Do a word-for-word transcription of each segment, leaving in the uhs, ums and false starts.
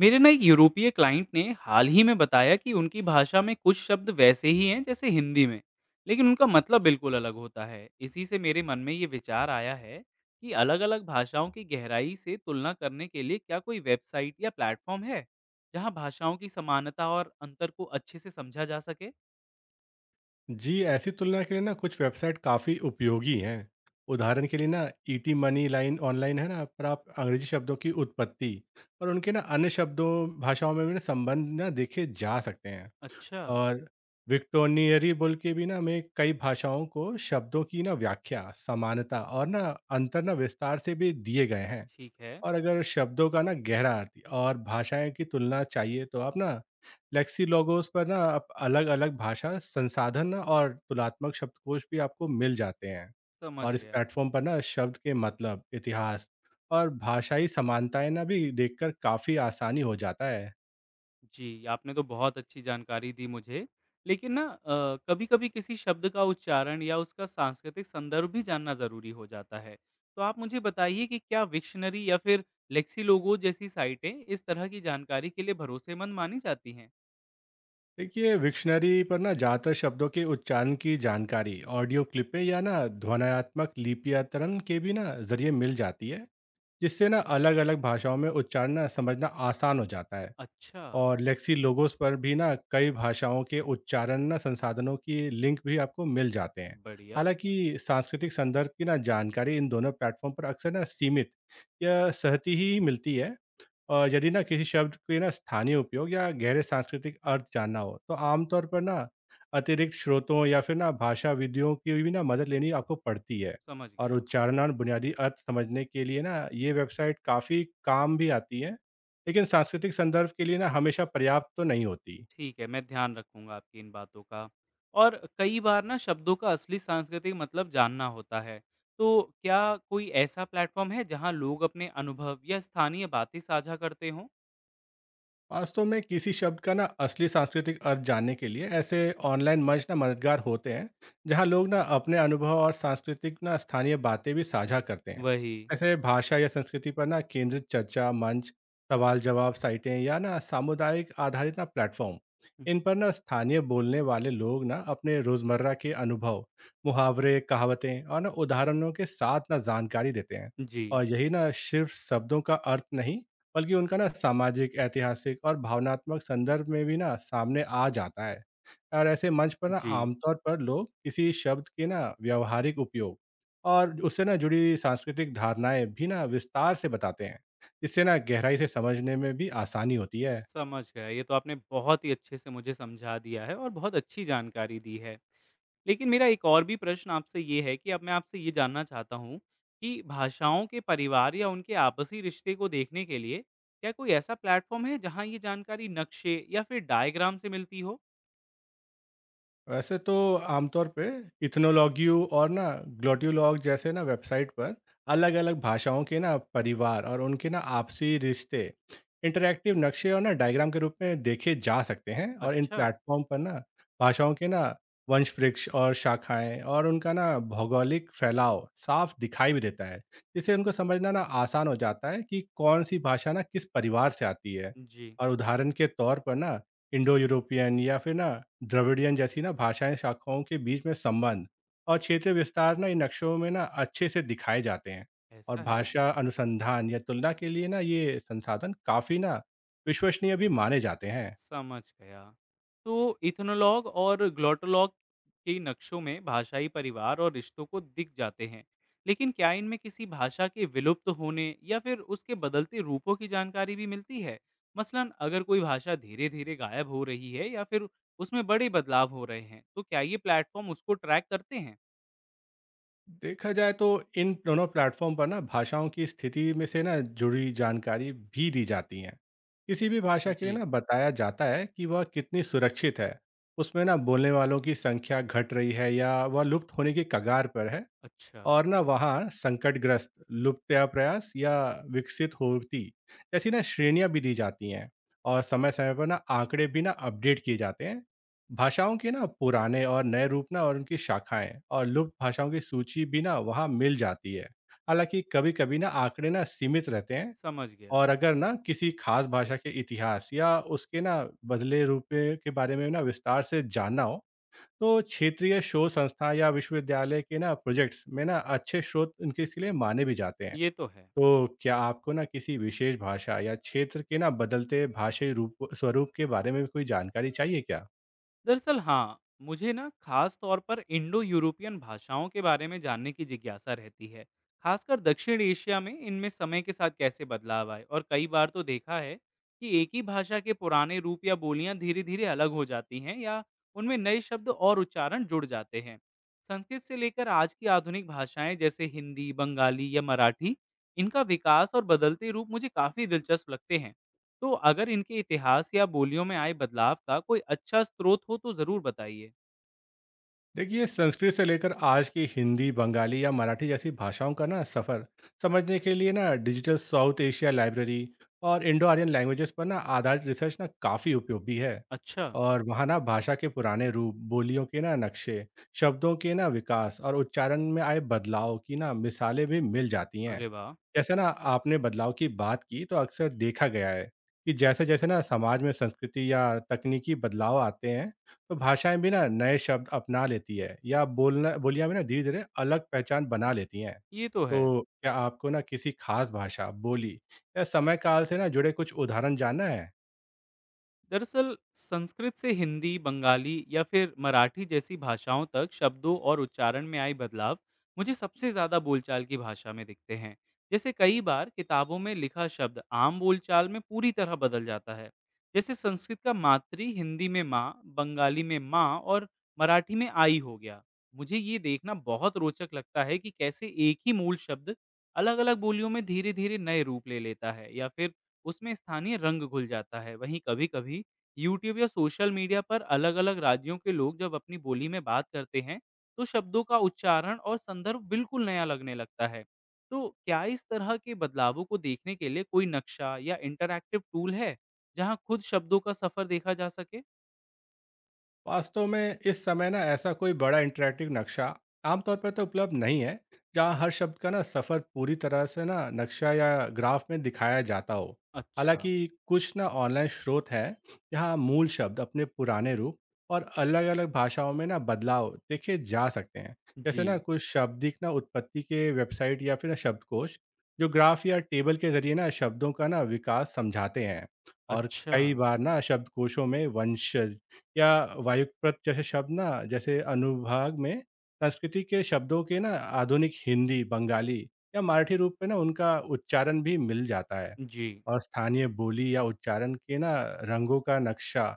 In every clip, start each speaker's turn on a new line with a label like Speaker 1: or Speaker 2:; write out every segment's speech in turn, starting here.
Speaker 1: मेरे ना एक यूरोपीय क्लाइंट ने हाल ही में बताया कि उनकी भाषा में कुछ शब्द वैसे ही हैं जैसे हिंदी में लेकिन उनका मतलब बिल्कुल अलग होता है। इसी से मेरे मन में ये विचार आया है कि अलग अलग भाषाओं की गहराई से तुलना करने के लिए क्या कोई वेबसाइट या प्लेटफॉर्म है जहाँ भाषाओं की समानता और अंतर को अच्छे से समझा जा सके।
Speaker 2: जी, ऐसी तुलना के लिए ना कुछ वेबसाइट काफ़ी उपयोगी हैं। उदाहरण के लिए ना ईटी मनी लाइन ऑनलाइन है ना, पर आप अंग्रेजी शब्दों की उत्पत्ति और उनके ना अन्य शब्दों भाषाओं में भी ना संबंध ना देखे जा सकते हैं।
Speaker 1: अच्छा।
Speaker 2: और विक्टोनियरी बोल के भी ना मैं कई भाषाओं को शब्दों की ना व्याख्या, समानता और ना अंतर ना विस्तार से भी दिए गए हैं।
Speaker 1: ठीक है।
Speaker 2: और अगर शब्दों का ना गहरा अर्थ और भाषाएँ की तुलना चाहिए तो आप ना लेक्सिलोगोस पर ना आप अलग-अलग भाषा संसाधन ना और तुलनात्मक शब्दकोश भी आपको मिल जाते हैं।
Speaker 1: समझ
Speaker 2: और इस
Speaker 1: गया।
Speaker 2: प्लेटफ़ॉर्म पर ना शब्द के मतलब, इतिहास और भाषाई समानताएँ ना भी देखकर काफ़ी आसानी हो जाता है।
Speaker 1: जी, आपने तो बहुत अच्छी जानकारी दी मुझे। लेकिन ना अ, कभी-कभी किसी शब्द का उच्चारण या उसका सांस्कृतिक संदर्भ भी जानना ज़रूरी हो जाता है। तो आप मुझे बताइए कि क्या विक्शनरी या फिर लेक्सिलोगो जैसी साइटें इस तरह की जानकारी के लिए भरोसेमंद मानी जाती हैं?
Speaker 2: देखिए विक्शनरी पर ना ज़्यादातर शब्दों के उच्चारण की जानकारी ऑडियो क्लिपें या ना ध्वन्यात्मक लिपियातरण के भी ना ज़रिए मिल जाती है। जिससे ना अलग-अलग भाषाओं में उच्चारण ना समझना आसान हो जाता है
Speaker 1: अच्छा।
Speaker 2: और लेक्सी लोगोस पर भी ना कई भाषाओं के उच्चारण ना संसाधनों की लिंक भी आपको मिल जाते हैं।
Speaker 1: बढ़िया।
Speaker 2: हालांकि सांस्कृतिक संदर्भ की ना जानकारी इन दोनों प्लेटफॉर्म पर अक्सर ना सीमित या सहती ही मिलती है और यदि ना किसी शब्द के ना स्थानीय उपयोग या गहरे सांस्कृतिक अर्थ जानना हो तो आमतौर पर ना अतिरिक्त स्रोतों या फिर ना भाषाविदों की भी ना मदद लेनी आपको पड़ती है
Speaker 1: समझ
Speaker 2: और
Speaker 1: गया।
Speaker 2: उच्चारण और बुनियादी अर्थ समझने के लिए ना ये वेबसाइट काफ़ी काम भी आती है लेकिन सांस्कृतिक संदर्भ के लिए ना हमेशा पर्याप्त तो नहीं होती।
Speaker 1: ठीक है, मैं ध्यान रखूँगा आपकी इन बातों का। और कई बार ना शब्दों का असली सांस्कृतिक मतलब जानना होता है। तो क्या कोई ऐसा प्लेटफ़ॉर्म है जहाँ लोग अपने अनुभव या स्थानीय बातें साझा करते हों?
Speaker 2: वास्तव में किसी शब्द का ना असली सांस्कृतिक अर्थ जानने के लिए ऐसे ऑनलाइन मंच ना मददगार होते हैं जहां लोग ना अपने अनुभव और सांस्कृतिक ना स्थानीय बातें भी साझा करते हैं।
Speaker 1: वही।
Speaker 2: ऐसे भाषा या संस्कृति पर ना केंद्रित चर्चा मंच, सवाल जवाब साइटें या ना सामुदायिक आधारित ना प्लेटफॉर्म, इन पर ना स्थानीय बोलने वाले लोग ना अपने रोजमर्रा के अनुभव, मुहावरे, कहावतें और ना उदाहरणों के साथ ना जानकारी देते हैं।
Speaker 1: जी।
Speaker 2: और यही ना सिर्फ शब्दों का अर्थ नहीं, बल्कि उनका ना सामाजिक, ऐतिहासिक और भावनात्मक संदर्भ में भी ना सामने आ जाता है। और ऐसे मंच पर ना
Speaker 1: जी।
Speaker 2: आमतौर पर लोग किसी शब्द के ना व्यावहारिक उपयोग और उससे ना जुड़ी सांस्कृतिक धारणाएँ भी ना विस्तार से बताते हैं। इससे ना गहराई से समझने में भी आसानी होती है।
Speaker 1: समझ गया, ये तो आपने बहुत ही अच्छे से मुझे समझा दिया है और बहुत अच्छी जानकारी दी है। लेकिन मेरा एक और भी प्रश्न आपसे ये है कि अब मैं आपसे ये जानना चाहता हूँ कि भाषाओं के परिवार या उनके आपसी रिश्ते को देखने के लिए क्या कोई ऐसा प्लेटफॉर्म है जहाँ ये जानकारी नक्शे या फिर डायग्राम से मिलती हो?
Speaker 2: वैसे तो आमतौर पे इथ्नोलॉग्यू और ना ग्लोट्यूलॉग जैसे ना वेबसाइट पर अलग अलग भाषाओं के ना परिवार और उनके ना आपसी रिश्ते इंटरैक्टिव नक्शे और ना डायग्राम के रूप में देखे जा सकते हैं और इन
Speaker 1: अच्छा।
Speaker 2: प्लेटफॉर्म पर ना भाषाओं के ना वंश वृक्ष और शाखाएं और उनका ना भौगोलिक फैलाव साफ दिखाई भी देता है, जिससे उनको समझना ना आसान हो जाता है कि कौन सी भाषा ना किस परिवार से आती है।
Speaker 1: जी।
Speaker 2: और उदाहरण के तौर पर ना इंडो यूरोपियन या फिर ना द्रविडियन जैसी ना भाषाएं शाखाओं के बीच में संबंध और क्षेत्र विस्तार ना इन नक्शों में ना अच्छे से दिखाए जाते हैं। और
Speaker 1: ऐसा है।
Speaker 2: भाषा अनुसंधान या तुलना के लिए ना ये संसाधन काफ़ी ना विश्वसनीय भी माने जाते हैं।
Speaker 1: समझ गया। तो इथ्नोलॉग और ग्लोटोलॉग के नक्शों में भाषाई परिवार और रिश्तों को दिख जाते हैं। लेकिन क्या इनमें किसी भाषा के विलुप्त होने या फिर उसके बदलते रूपों की जानकारी भी मिलती है? मसलन अगर कोई भाषा धीरे-धीरे गायब हो रही है या फिर उसमें बड़े बदलाव हो रहे हैं, तो क्या ये प्लेटफ़ॉर्म उसको ट्रैक करते हैं?
Speaker 2: देखा जाए तो इन दोनों प्लेटफॉर्म पर ना भाषाओं की स्थिति में से ना जुड़ी जानकारी भी दी जाती हैं। किसी भी भाषा के लिए
Speaker 1: जी।
Speaker 2: ना बताया जाता है कि वह कितनी सुरक्षित है, उसमें ना बोलने वालों की संख्या घट रही है या वह लुप्त होने की कगार पर है।
Speaker 1: अच्छा।
Speaker 2: और ना वहाँ संकटग्रस्त, लुप्तयाप्रयास या विकसित होती, ऐसी ना श्रेणियाँ भी दी जाती हैं और समय-समय पर ना आंकड़े भी ना अपडेट किए जाते हैं। भाषाओं के ना पुराने और नए रूप ना और उनकी शाखाएँ और लुप्त भाषाओं की सूची भी ना वहाँ मिल जाती है। हालाँकि कभी-कभी ना आंकड़े ना सीमित रहते हैं।
Speaker 1: समझ गया।
Speaker 2: और अगर ना किसी खास भाषा के इतिहास या उसके ना बदले रूप के बारे में ना विस्तार से जानना हो तो क्षेत्रीय शोध संस्था या विश्वविद्यालय के ना प्रोजेक्ट्स में ना अच्छे स्रोत इनके इसलिए माने भी जाते हैं।
Speaker 1: ये तो है।
Speaker 2: तो क्या आपको ना किसी विशेष भाषा या क्षेत्र के ना बदलते भाषाई रूप स्वरूप के बारे में भी कोई जानकारी चाहिए क्या?
Speaker 1: दरअसल हाँ, मुझे ना खास तौर पर इंडो यूरोपियन भाषाओं के बारे में जानने की जिज्ञासा रहती है। खासकर दक्षिण एशिया में इनमें समय के साथ कैसे बदलाव आए और कई बार तो देखा है कि एक ही भाषा के पुराने रूप या बोलियां धीरे धीरे अलग हो जाती हैं या उनमें नए शब्द और उच्चारण जुड़ जाते हैं। संस्कृत से लेकर आज की आधुनिक भाषाएं जैसे हिंदी बंगाली या मराठी, इनका विकास और बदलते रूप मुझे काफी दिलचस्प लगते हैं। तो अगर इनके इतिहास या बोलियों में आए बदलाव का कोई अच्छा स्रोत हो तो ज़रूर बताइए।
Speaker 2: देखिए, संस्कृत से लेकर आज की हिंदी, बंगाली या मराठी जैसी भाषाओं का ना सफ़र समझने के लिए ना डिजिटल साउथ एशिया लाइब्रेरी और इंडो आर्यन लैंग्वेजेस पर ना आधारित रिसर्च ना काफ़ी उपयोगी है।
Speaker 1: अच्छा।
Speaker 2: और वहाँ ना भाषा के पुराने रूप, बोलियों के ना नक्शे, शब्दों के ना विकास और उच्चारण में आए बदलाव की ना मिसालें भी मिल जाती हैं।
Speaker 1: अरे वाह।
Speaker 2: जैसे ना आपने बदलाव की बात की तो अक्सर देखा गया है कि जैसे जैसे ना समाज में संस्कृति या तकनीकी बदलाव आते हैं तो भाषाएँ भी ना नए शब्द अपना लेती है या बोलना बोलियाँ भी ना धीरे-धीरे अलग पहचान बना लेती हैं।
Speaker 1: ये तो है।
Speaker 2: तो क्या आपको ना किसी खास भाषा, बोली या समय काल से ना जुड़े कुछ उदाहरण जानना है?
Speaker 1: दरअसल संस्कृत से हिंदी बंगाली या फिर मराठी जैसी भाषाओं तक शब्दों और उच्चारण में आए बदलाव मुझे सबसे ज़्यादा बोलचाल की भाषा में दिखते हैं। जैसे कई बार किताबों में लिखा शब्द आम बोलचाल में पूरी तरह बदल जाता है। जैसे संस्कृत का मातृ हिंदी में माँ, बंगाली में माँ और मराठी में आई हो गया। मुझे ये देखना बहुत रोचक लगता है कि कैसे एक ही मूल शब्द अलग अलग बोलियों में धीरे धीरे नए रूप ले लेता है या फिर उसमें स्थानीय रंग घुल जाता है। वहीं कभी-कभी यूट्यूब या सोशल मीडिया पर अलग-अलग राज्यों के लोग जब अपनी बोली में बात करते हैं, तो शब्दों का उच्चारण और संदर्भ बिल्कुल नया लगने लगता है। तो क्या इस तरह के बदलावों को देखने के लिए कोई नक्शा या इंटरैक्टिव टूल है, जहां खुद शब्दों का सफर देखा जा सके?
Speaker 2: वास्तव में इस समय ना ऐसा कोई बड़ा इंटरैक्टिव नक्शा आमतौर पर तो उपलब्ध नहीं है जहाँ हर शब्द का ना सफ़र पूरी तरह से ना नक्शा या ग्राफ में दिखाया जाता हो।
Speaker 1: अच्छा।
Speaker 2: हालांकि कुछ ना ऑनलाइन स्रोत हैं जहाँ मूल शब्द अपने पुराने रूप और अलग अलग भाषाओं में ना बदलाव देखे जा सकते हैं।
Speaker 1: जी।
Speaker 2: जैसे ना कुछ शाब्दिक ना उत्पत्ति के वेबसाइट या फिर ना शब्दकोश जो ग्राफ या टेबल के जरिए ना शब्दों का ना विकास समझाते हैं। और
Speaker 1: अच्छा।
Speaker 2: कई बार ना शब्दकोशों में वंशज या वायुप्रत जैसे शब्द ना जैसे अनुभाग में संस्कृति के शब्दों के ना आधुनिक हिंदी, बंगाली या मराठी रूप में ना उनका उच्चारण भी मिल जाता है।
Speaker 1: जी।
Speaker 2: और स्थानीय बोली या उच्चारण के ना रंगों का नक्शा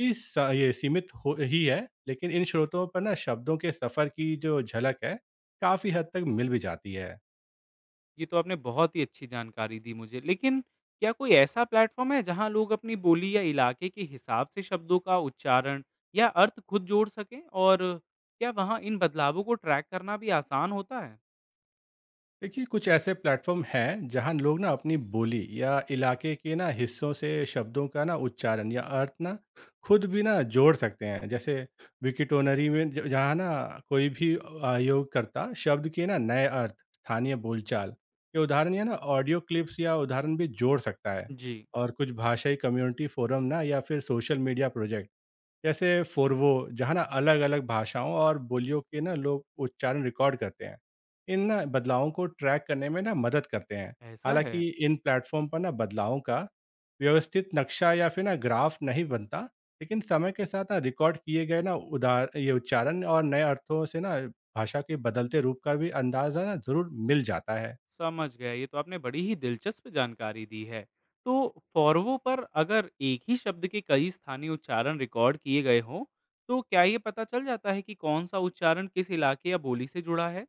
Speaker 2: भी स ये सीमित हो ही है, लेकिन इन स्रोतों पर ना शब्दों के सफ़र की जो झलक है, काफ़ी हद तक मिल भी जाती है।
Speaker 1: ये तो आपने बहुत ही अच्छी जानकारी दी मुझे। लेकिन क्या कोई ऐसा प्लेटफ़ॉर्म है जहाँ लोग अपनी बोली या इलाके के हिसाब से शब्दों का उच्चारण या अर्थ खुद जोड़ सकें? और क्या वहाँ इन बदलावों को ट्रैक करना भी आसान होता है?
Speaker 2: देखिए कुछ ऐसे प्लेटफॉर्म हैं जहां लोग ना अपनी बोली या इलाके के ना हिस्सों से शब्दों का ना उच्चारण या अर्थ ना खुद भी ना जोड़ सकते हैं। जैसे विकिटोनरी में ज- जहां ना कोई भी आयोगकर्ता शब्द के ना नए अर्थ, स्थानीय बोलचाल के उदाहरण या ना ऑडियो क्लिप्स या उदाहरण भी जोड़ सकता है।
Speaker 1: जी।
Speaker 2: और कुछ भाषाई कम्युनिटी फोरम ना या फिर सोशल मीडिया प्रोजेक्ट जैसे फ़ोरवो, जहाँ ना अलग-अलग भाषाओं और बोलियों के ना लोग उच्चारण रिकॉर्ड करते हैं। इन ना बदलावों को ट्रैक करने में ना मदद करते हैं।
Speaker 1: ऐसा है।
Speaker 2: हालाँकि इन प्लेटफ़ॉर्म पर ना बदलावों का व्यवस्थित नक्शा या फिर ना ग्राफ नहीं बनता, लेकिन समय के साथ ना रिकॉर्ड किए गए ना उदार ये उच्चारण और नए अर्थों से ना भाषा के बदलते रूप का भी अंदाज़ा ना ज़रूर मिल जाता है।
Speaker 1: समझ गया, ये तो आपने बड़ी ही दिलचस्प जानकारी दी है। तो फ़ॉरवो पर अगर एक ही शब्द के कई स्थानीय उच्चारण रिकॉर्ड किए गए हों, तो क्या ये पता चल जाता है कि कौन-सा उच्चारण किस इलाके या बोली से जुड़ा है?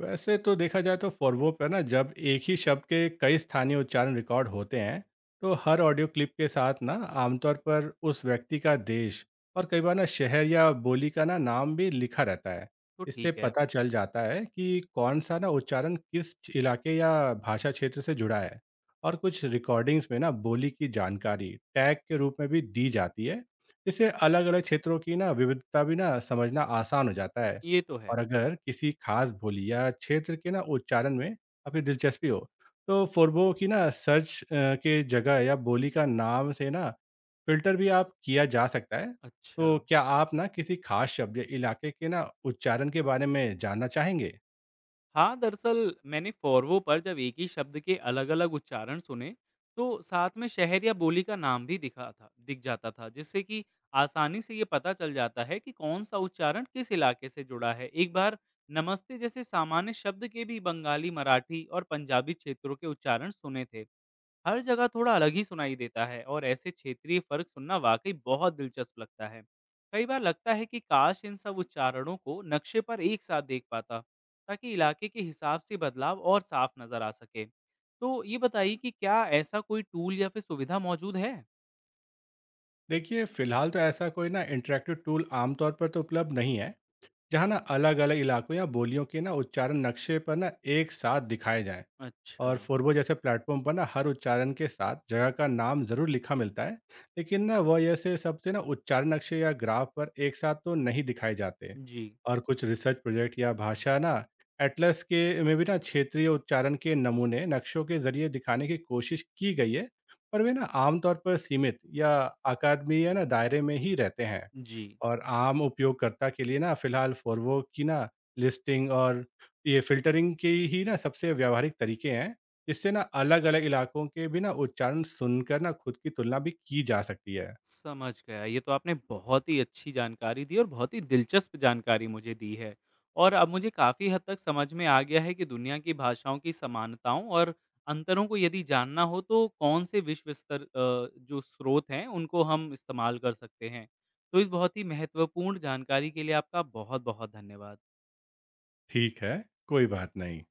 Speaker 2: वैसे तो देखा जाए तो फ़ोर्बो पर ना जब एक ही शब्द के कई स्थानीय उच्चारण रिकॉर्ड होते हैं, तो हर ऑडियो क्लिप के साथ ना आमतौर पर उस व्यक्ति का देश और कई बार ना शहर या बोली का ना नाम भी लिखा रहता है।
Speaker 1: तो
Speaker 2: इससे
Speaker 1: ठीक है।
Speaker 2: पता चल जाता है कि कौन सा ना उच्चारण किस क्ष- इलाके या भाषा क्षेत्र से जुड़ा है। और कुछ रिकॉर्डिंग्स में ना बोली की जानकारी टैग के रूप में भी दी जाती है। इससे अलग-अलग क्षेत्रों की ना विविधता भी ना समझना आसान हो जाता है।
Speaker 1: ये तो है।
Speaker 2: और अगर किसी खास बोली या क्षेत्र के ना उच्चारण में आपकी दिलचस्पी हो तो फोरबो की ना सर्च अ, के जगह या बोली का नाम से ना फिल्टर भी आप किया जा सकता है।
Speaker 1: अच्छा।
Speaker 2: तो क्या आप ना किसी खास शब्द या इलाके के ना उच्चारण के बारे में जानना चाहेंगे?
Speaker 1: हाँ, दरअसल मैंने फ़ोरवो पर जब एक ही शब्द के अलग-अलग उच्चारण सुने, तो साथ में शहर या बोली का नाम भी दिखा था, दिख जाता था, जिससे कि आसानी से ये पता चल जाता है कि कौन-सा उच्चारण किस इलाके से जुड़ा है। एक बार नमस्ते जैसे सामान्य शब्द के भी बंगाली, मराठी और पंजाबी क्षेत्रों के उच्चारण सुने थे। हर जगह थोड़ा अलग ही सुनाई देता है और ऐसे क्षेत्रीय फ़र्क सुनना वाक़ई बहुत दिलचस्प लगता है। कई बार लगता है कि काश इन सब उच्चारणों को नक्शे पर एक साथ देख पाता, ताकि इलाके के हिसाब से बदलाव और साफ नजर आ सके। तो ये बताइए कि क्या ऐसा कोई टूल या फिर सुविधा मौजूद है?
Speaker 2: देखिए फिलहाल तो ऐसा कोई ना इंटरेक्टिव टूल आमतौर पर तो उपलब्ध नहीं है जहाँ ना अलग अलग इलाकों या बोलियों के ना उच्चारण नक्शे पर ना एक साथ दिखाए जाएं।
Speaker 1: अच्छा।
Speaker 2: और फ़ोरबो जैसे प्लेटफ़ॉर्म पर ना हर उच्चारण के साथ जगह का नाम ज़रूर लिखा मिलता है, लेकिन ना वह जैसे सबसे ना उच्चारण अक्षर या ग्राफ पर एक साथ तो नहीं दिखाए जाते।
Speaker 1: जी।
Speaker 2: और कुछ रिसर्च प्रोजेक्ट या भाषा ना एटलस के में भी ना क्षेत्रीय उच्चारण के नमूने नक्शों के ज़रिए दिखाने की कोशिश की गई है, पर वे ना आमतौर पर सीमित या अकादमी या ना दायरे में ही रहते हैं।
Speaker 1: जी।
Speaker 2: और आम उपयोगकर्ता के लिए ना फिलहाल फ़ोरवो की ना लिस्टिंग और ये फ़िल्टरिंग के ही ना सबसे व्यावहारिक तरीके हैं। इससे ना अलग-अलग इलाकों के भी ना उच्चारण सुनकर ना खुद की तुलना भी की जा सकती है।
Speaker 1: समझ गया। ये तो आपने बहुत ही अच्छी जानकारी दी और बहुत ही दिलचस्प जानकारी मुझे दी है। और अब मुझे काफ़ी हद तक समझ में आ गया है कि दुनिया की भाषाओं की समानताओं और अंतरों को यदि जानना हो तो कौन से विश्व स्तर अ, जो स्रोत हैं उनको हम इस्तेमाल कर सकते हैं। तो इस बहुत ही महत्वपूर्ण जानकारी के लिए आपका बहुत-बहुत धन्यवाद।
Speaker 2: ठीक है, कोई बात नहीं।